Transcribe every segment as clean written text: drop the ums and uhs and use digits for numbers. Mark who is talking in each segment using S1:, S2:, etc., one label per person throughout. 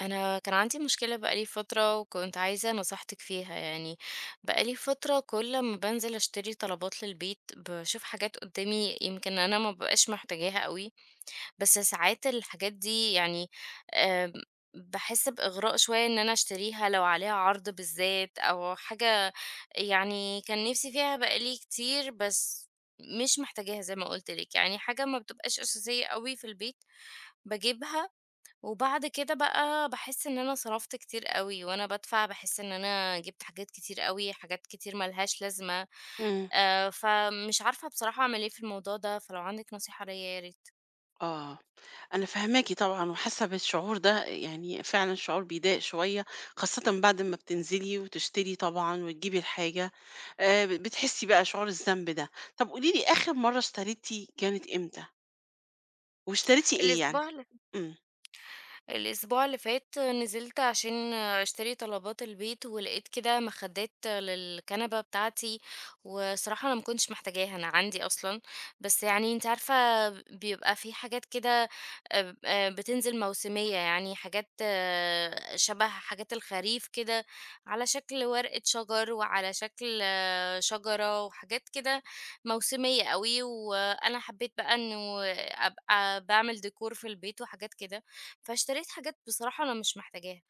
S1: انا كان عندي مشكله بقالي فتره وكنت عايزه نصيحتك فيها يعني. بقالي فتره كل ما بنزل اشتري طلبات للبيت بشوف حاجات قدامي، يمكن انا ما ببقاش محتاجاها قوي. بس ساعات الحاجات دي يعني آم، بحس باغراء شويه ان انا اشتريها لو عليها عرض بالذات او حاجه. يعني كان نفسي فيها بقالي كتير، بس مش محتاجاها زي ما قلت لك، يعني حاجه ما بتبقاش اساسيه قوي في البيت بجيبها. وبعد كده بقى باحس إن أنا صرفت كتير أوي، وأنا بادفع باحس إن أنا جِبت حاجات كتير أوي، حاجات كتير ما لهاش لازمة،
S2: إمم،
S1: فمش عارفة بصراحة أعمل إيه في الموضوع ده، فلو عندِك نصيحة ليّا يا ريت.
S2: آه، أنا فاهماكِ طبعًا وحاسة بالشعور ده، يعني فعلًا شعور بيضايق شوية، خاصةً بعد ما بتنزلي وتشتري طبعًا وتجيبي الحاجة، ب بتحسي بقى شعور الذنب ده. طب قولي لي آخر مرة اشتريتِ كانت إمتى؟ واشتريتِ إيه يعني؟
S1: الأسبوع
S2: إمم،
S1: الأسبوع اللي فات نزلت عشان أشتري طلبات البيت، ولقيت كده مخدات للكنبة بتاعتي، وصراحة أنا ما كنتش محتاجاها أنا عندي أصلا. بس يعني أنت عارفة بيبقى في حاجات كده، بتنزل موسمية، يعني حاجات شبه حاجات الخريف كده، على شكل ورقة شجر وعلى شكل شجرة وحاجات كده، موسمية قوي، وأنا حبيت بقى إنه أبقى بعمل ديكور في البيت وحاجات كده، فاشتريت حاجات بصراحة أنا مش محتاجاها.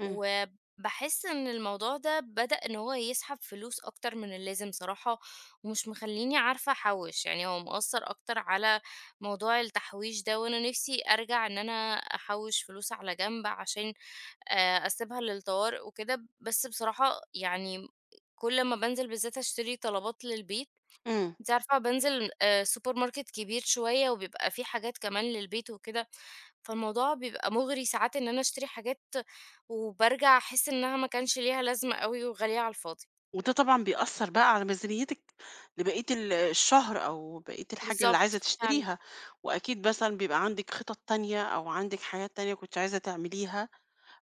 S2: إمم.
S1: وبحس إن الموضوع ده بدأ إن هو يسحب فلوس أكتر من اللازم صراحة، ومش مخليني عارفة أحوش، يعني هو مؤثر أكتر على موضوع التحويش ده، وأنا نفسي أرجع إن أنا أحوش فلوس على جنب عشان اسيبها للطوارئ وكده. بس بصراحة يعني كل ما بانزل بالذات أشتري طلبات للبيت،
S2: إمم،
S1: أنتِ عارفة بانزل سوبر ماركت كبير شوية، وبيبقى فيه حاجات كمان للبيت وكده، فالموضوع بيبقى مُغري ساعات إن أنا أشتري حاجات، وبارجع أحس إنها ما كانش ليها لازمة أوي وغالية على الفاضي.
S2: وده طبعًا بيأثّر بقى على ميزانيتِك لبقية الشهر أو بقية الحاجة اللي عايزة
S1: بالضبط، فعلًا.
S2: تشتريها، وأكيد مثلًا بيبقى عندِك خطط تانية أو عندِك حاجات تانية كنتِ عايزة تعمليها.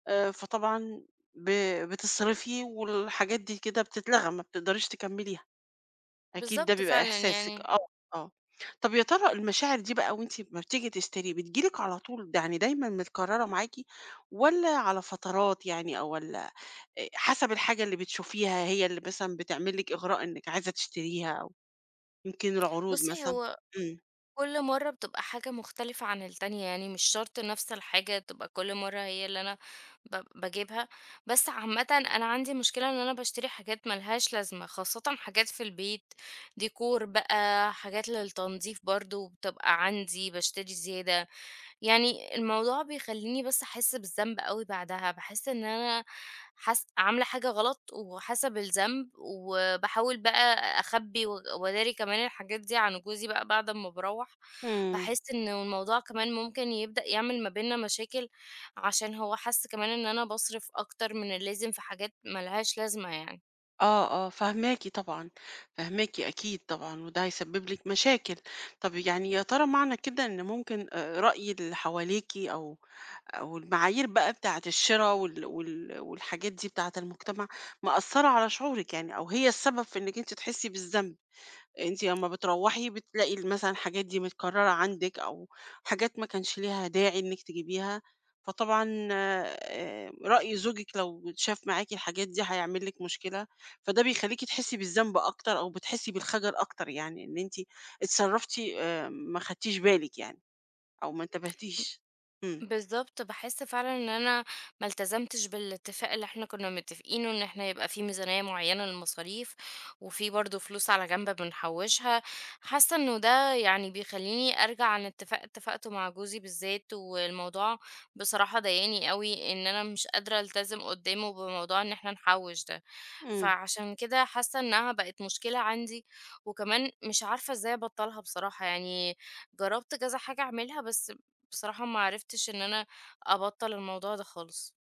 S2: فطبعًا ب بتصرفي والحاجات دي كده بتتلغى، ما بتقدريش تكمّليها، أكيد ده
S1: بالضبط
S2: بيبقى
S1: فعلًا
S2: إحساسِك،
S1: يعني.
S2: آه، آه. طَب يا ترى المشاعر دي بقى وأنتِ أمّا بتيجي تشتري بتيجي لِك على طول، ده يعني دايمًا متكرّرة معاكِ والّا على فترات يعني أو والّا حسب الحاجة اللي بتشوفيها هي اللي مثلًا بتعمل لِك إغراء إنِّك عايزة تشتريها أو يمكن العروض
S1: بُصّي،
S2: مثلًا؟
S1: هو
S2: إمم،
S1: كل مرة بتبقى حاجة مختلفة عن التانية، يعني مش شرط نفس الحاجة تبقى كل مرة هي اللي أنا بجيبها. بس عامة أنا عندي مشكلة إن أنا بشتري حاجات ملهاش لازمة، خاصة حاجات في البيت، ديكور بقى، حاجات للتنظيف برضو بتبقى عندي بشتري زيادة. يعني الموضوع بيخلّيني بس أحس بالذنب أوي بعدها، باحس إن أنا حاس عاملة حاجة غلط وحاسة بالذنب، وباحاول بقى أخبّي و وأداري كمان الحاجات دي عن جوزي بقى بعد أمّا باروّح.
S2: إمم.
S1: باحس إنه الموضوع كمان ممكن يبدأ يعمل ما بيننا مشاكل، عشان هو حَس كمان إن أنا باصرف أكتر من اللازم في حاجات ما لهاش لازمة يعني.
S2: آه، آه، فاهماكِ طبعًا، فاهماكِ أكيد طبعًا، وده هيسبب لِك مشاكل. طب يعني يا ترى معنى كده إن ممكن رأي اللي حواليكِ أو أو المعايير بقى بتاعة الشرا والحاجات دي بتاعة المجتمع مأثّرة على شعورِك يعني أو هي السبب في إنِّك أنتِ تحسّي بالذنب؟ أنتِ أمّا بتروّحي بتلاقي مثلًا الحاجات دي متكررة عندِك أو حاجات ما كانش ليها داعي إنِّك تجيبيها، فطبعًا رأي زوجِك لو شاف معاكِ الحاجات دي هيعمل لِك مشكلة، فده بيخلّيكِ تحسّي بالذنب أكتر أو بتحسّي بالخجل أكتر يعني إن أنتِ اتصرّفتِ ما خدتيش بالِك يعني أو ما انتبهتيش. إمم،
S1: بالضبط، باحس فعلًا إن أنا ما التزمتش بالاتفاق اللي إحنا كنا متفقينه، إن إحنا يبقى في ميزانية معيّنة للمصاريف، وفي برضه فلوس على جنب بنحوّشها. حاسة إنه ده يعني بيخلّيني أرجع عن اتفاق اتفقته مع جوزي بالذات، والموضوع بصراحة ضايقني أوي إن أنا مش قادرة ألتزم قدّامه بموضوع إن إحنا نحوّش ده.
S2: إمم.
S1: فعشان كده حاسة إنها بقت مشكلة عندي، وكمان مش عارفة إزاي أبطّلها بصراحة، يعني جرّبت كذا حاجة أعملها بس بصراحة ما عرفتش ان انا ابطل الموضوع ده خالص.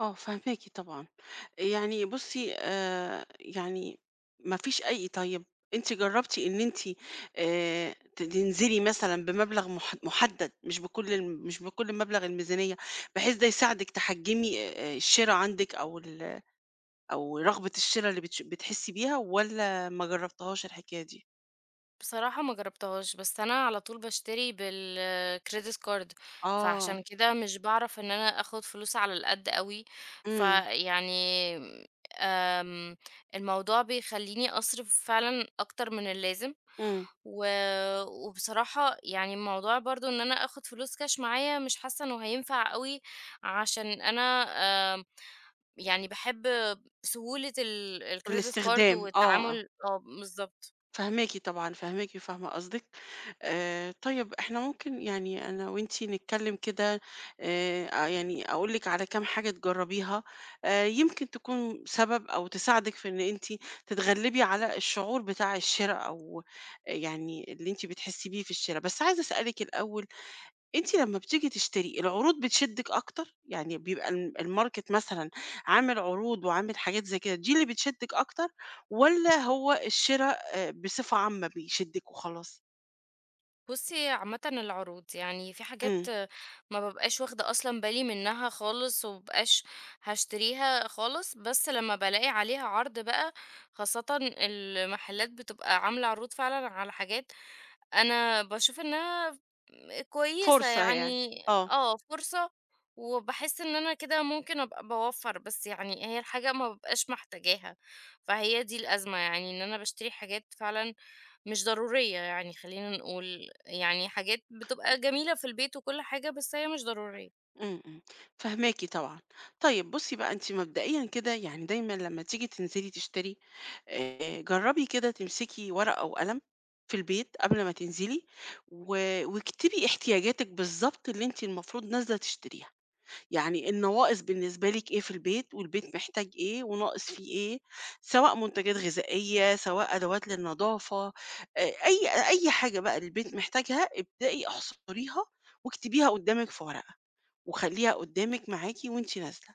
S2: آه، فاهماكِ طبعًا. يعني بُصّي، ما فيش أي طيب أنتِ جرّبتِ إن أنتِ ت تنزلي مثلًا بمبلغ مح مُحدّد، مش بكل مبلغ الميزانية، بحيث ده يساعدِك تحجّمي الشِرا عندِك أو أو رغبة الشِرا اللي بتحسّي بيها والّا ما جرّبتيهاش الحكاية دي؟
S1: بصراحة ما جربتهاش، بس انا على طول بشتري بالكريدت كارد،
S2: آه،
S1: فعشان كده مش بعرف ان انا اخد فلوس على القد قوي.
S2: إمم،
S1: فيعني أم، الموضوع بيخليني اصرف فعلا اكتر من اللازم
S2: إمم.
S1: و... وبصراحة يعني الموضوع برضو ان انا اخد فلوس كاش معايا مش حاسة انه هينفع قوي، عشان انا يعني باحب سهولة ال الcredit card
S2: الاستخدام، آه،
S1: والتعامل. آه، بالضبط.
S2: فاهماكِ طبعًا، فاهماكِ وفاهمة قصدِك. طيب إحنا ممكن يعني أنا وأنتِ نتكلم كده يعني أقول لِك على كام حاجة تجرّبيها، يمكن تكون سبب أو تساعدِك في إن أنتِ تتغلّبي على الشعور بتاع الشِرا أو يعني اللي أنتِ بتحسّي بيه في الشِرا. بس عايزة أسألِك الأول أنتِ لمّا بتيجي تشتري، العروض بتشدِّك أكتر؟ يعني بيبقى الم الmarket مثلًا عامل عروض وعامل حاجات زي كده، دي اللي بتشدِّك أكتر والّا هو الشِرا بصفة عامة بيشدِّك وخلاص؟
S1: بُصّي، عامةً العروض، يعني في حاجات
S2: إمم،
S1: ما بابقاش واخدة أصلًا بالي منها خالص، وما بابقاش هاشتريها خالص، بس لمّا بالاقي عليها عرض بقى، خاصةً المحلات بتبقى عاملة عروض فعلًا على حاجات أنا باشوف إنها كويسة
S2: فرصة يعني.
S1: يعني.
S2: آه،
S1: آه، فرصة. وباحس إن أنا كده ممكن أبقى باوفّر، بس يعني هي الحاجة ما بابقاش محتاجاها، فهي دي الأزمة، يعني إن أنا باشتري حاجات فعلًا مش ضرورية، يعني خلّينا نقول، يعني حاجات بتبقى جميلة في البيت وكل حاجة، بس هي مش ضرورية.
S2: إمم، إمم، فاهماكِ طبعًا. طيب بُصّي بقى، أنتِ مبدئيًا كده يعني دايمًا لمّا تيجي تنزلي تشتري، جرّبي كده تمسكي ورقة وقلم في البيت قبل ما تنزلي و واكتبي احتياجاتِك بالضبط اللي أنتِ المفروض نازلة تشتريها. يعني النواقص بالنسبة لِك إيه في البيت، والبيت محتاج إيه، وناقص فيه إيه، سواء منتجات غذائية، سواء أدوات للنضافة، أي أي حاجة بقى البيت محتاجها ابدئي احصريها واكتبيها قدامِك في ورقة، وخلّيها قدامِك معاكِ وأنتِ نازلة،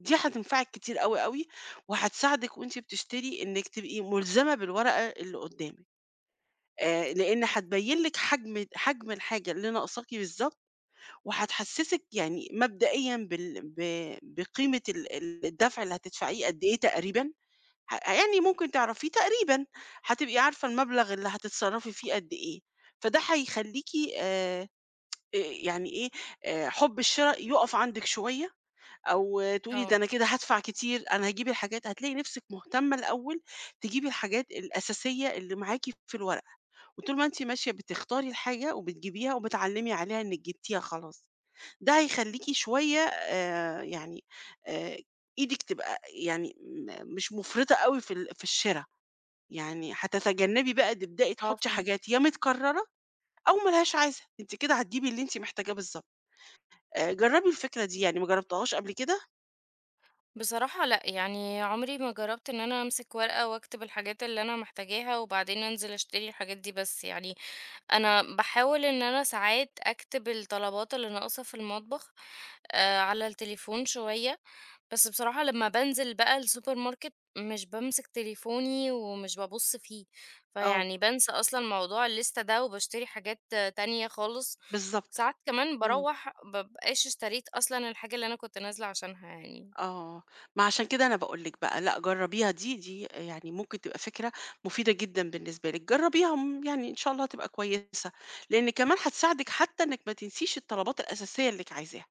S2: دي هتنفعِك كتير أوي، أوي، وهتساعدِك وأنتِ بتشتري إنِك تبقي ملزمة بالورقة اللي قدامِك، لإن هتبين لِك حجم الحاجة اللي ناقصاكِ بالضبط وهتحسّسِك يعني مبدئيًا بال ب بقيمة ال ال الدفع اللي هتدفعيه قد إيه تقريبًا، يعني ممكن تعرفيه تقريبًا، هتبقي عارفة المبلغ اللي هتتصرّفي فيه قد إيه، فده هيخلّيكِ آآ، يعني إيه، حُب الشِرا يُقف عندِك شوية، أو آه، تقولي ده
S1: آه،
S2: أنا كده هادفع كتير، أنا هاجيب الحاجات هتلاقي نفسِك مهتمة الأول تجيبي الحاجات الأساسية اللي معاكِ في الورقة، وطول ما أنتِ ماشية بتختاري الحاجة وبتجيبيها وبتعلّمي عليها إنِّك جبتيها خلاص. ده هيخلّيكِ شوية آآ إيدِك تبقى يعني مش مُفرطة أوي في في الشِرا، يعني هتتجنّبي بقى تبدئي
S1: آه
S2: تحُطّي
S1: فهمت.
S2: حاجات يا متكرّرة أو ما لهاش عازة، أنتِ كده هتجيبي اللي أنتِ محتاجاه بالضبط. جرّبي الفكرة دي، يعني ما جرّبتيهاش قبل كده؟
S1: بصراحة لأ، يعني عمري ما جرّبت إن أنا أمسك ورقة وأكتب الحاجات اللي أنا محتاجاها وبعدين أنزل أشتري الحاجات دي، بس يعني أنا باحاول إن أنا ساعات أكتب الطلبات اللي ناقصة في المطبخ على التليفون شوية، بس بصراحة لمّا بانزل بقى السوبر ماركت مش بامسك تليفوني ومش بابُص فيه،
S2: آه،
S1: فيعني بانسى أصلًا موضوع الليستة ده وباشتري حاجات تانية خالص.
S2: بالضبط.
S1: ساعات كمان
S2: إمم.
S1: باروّح ما بابقاش اشتريت أصلًا الحاجة اللي أنا كنت نازلة عشانها يعني.
S2: آه، ما عشان كده أنا باقول لِك بقى، لأ جرّبيها دي يعني ممكن تبقى فكرة مفيدة جدًا بالنسبة لِك، جرّبيها يعني إن شاء الله تبقى كويسة، لإن كمان هتساعدِك حتى إنِّك ما تنسيش الطلبات الأساسية اللِّك عايزاها.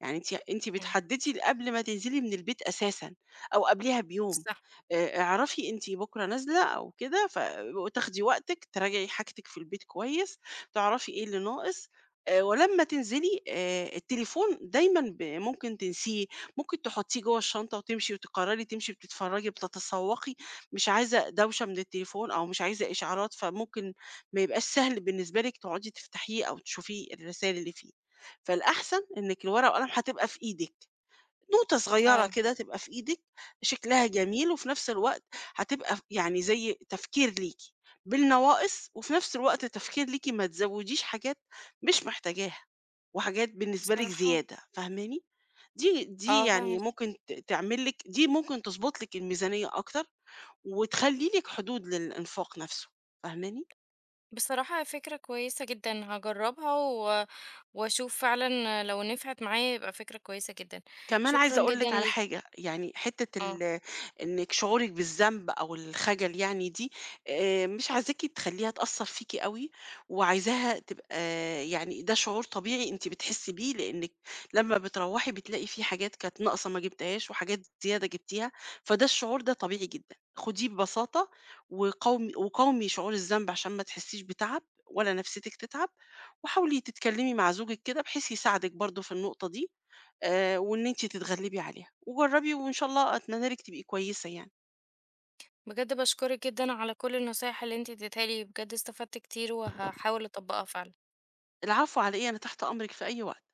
S2: يعني أنتِ
S1: إمم.
S2: بتحددي قبل ما تنزلي من البيت أساسًا أو قبليها بيوم،
S1: صح.
S2: اعرفي أنتِ بكرة نازلة أو كده، وتاخدي وقتِك تراجعي حاجتِك في البيت كويس، تعرفي إيه اللي ناقص، ولمّا تنزلي التليفون دايمًا ممكن تنسيه، ممكن تحطيه جوّه الشنطة وتمشي وتقرري تمشي بتتفرجي، بتتسوقي، مش عايزة دوشة من التليفون أو مش عايزة إشعارات، فممكن ما يبقاش سهل بالنسبة لِك تقعدي تفتحيه أو تشوفي الرسايل اللي فيه. فالأحسن إنِّك الورقة والقلم هتبقى في إيدِك، نوتة صغيّرة
S1: آه.
S2: كده تبقى في إيدِك، شكلها جميل وفي نفس الوقت هتبقى يعني زي تفكير ليكِ بالنواقص، وفي نفس الوقت تفكير ليكِ ما تزوّديش حاجات مش محتاجاها، وحاجات بالنسبة لِك
S1: بصراحة.
S2: زيادة، فاهماني؟ دي دي
S1: آه،
S2: يعني
S1: فاهمة.
S2: ممكن ت تعمل لِك دي ممكن تضبط لِك الميزانية أكتر، وتخلّي لِك حدود للإنفاق نفسه، فاهماني؟
S1: بصراحة فكرة كويسة جدا هجربها واشوف فعلا لو نفعت معايا يبقى فكرة كويسة جدا.
S2: كمان
S1: شكرا
S2: عايزة أقول
S1: جدا
S2: لِك على
S1: ليك.
S2: حاجة، يعني حتّة
S1: اه.
S2: ال إنِّك شعورِك بالذنب أو الخجل يعني دي، مش عايزاكِ تخلّيها تأثّر فيكِ أوي، وعايزاها تبقى يعني ده شعور طبيعي أنتِ بتحسّي بيه، لإنِّك لمّا بتروّحي بتلاقي في حاجات كانت ناقصة ما جبتيهاش وحاجات زيادة جبتيها، فده الشعور ده طبيعي جدًا، خُديه ببساطة وقاومي شعور الذنب عشان ما تحسّيش بتَعَب ولا نفسيتِك تتعب، وحاولي تتكلّمي مع زوجِك كده بحيث يساعدِك برضه في النقطة دي، وإن أنتِ تتغلبي عليها، وجرّبي وإن شاء الله أتمنى لِك تبقي كويسة يعني.
S1: بجد بشكرك جدا على كل النصايح اللي انت اديتها لي، بجد استفدت كتير وهحاول اطبقها فعلا.
S2: العفو على إيه، أنا تحت أمرِك في أي وقت.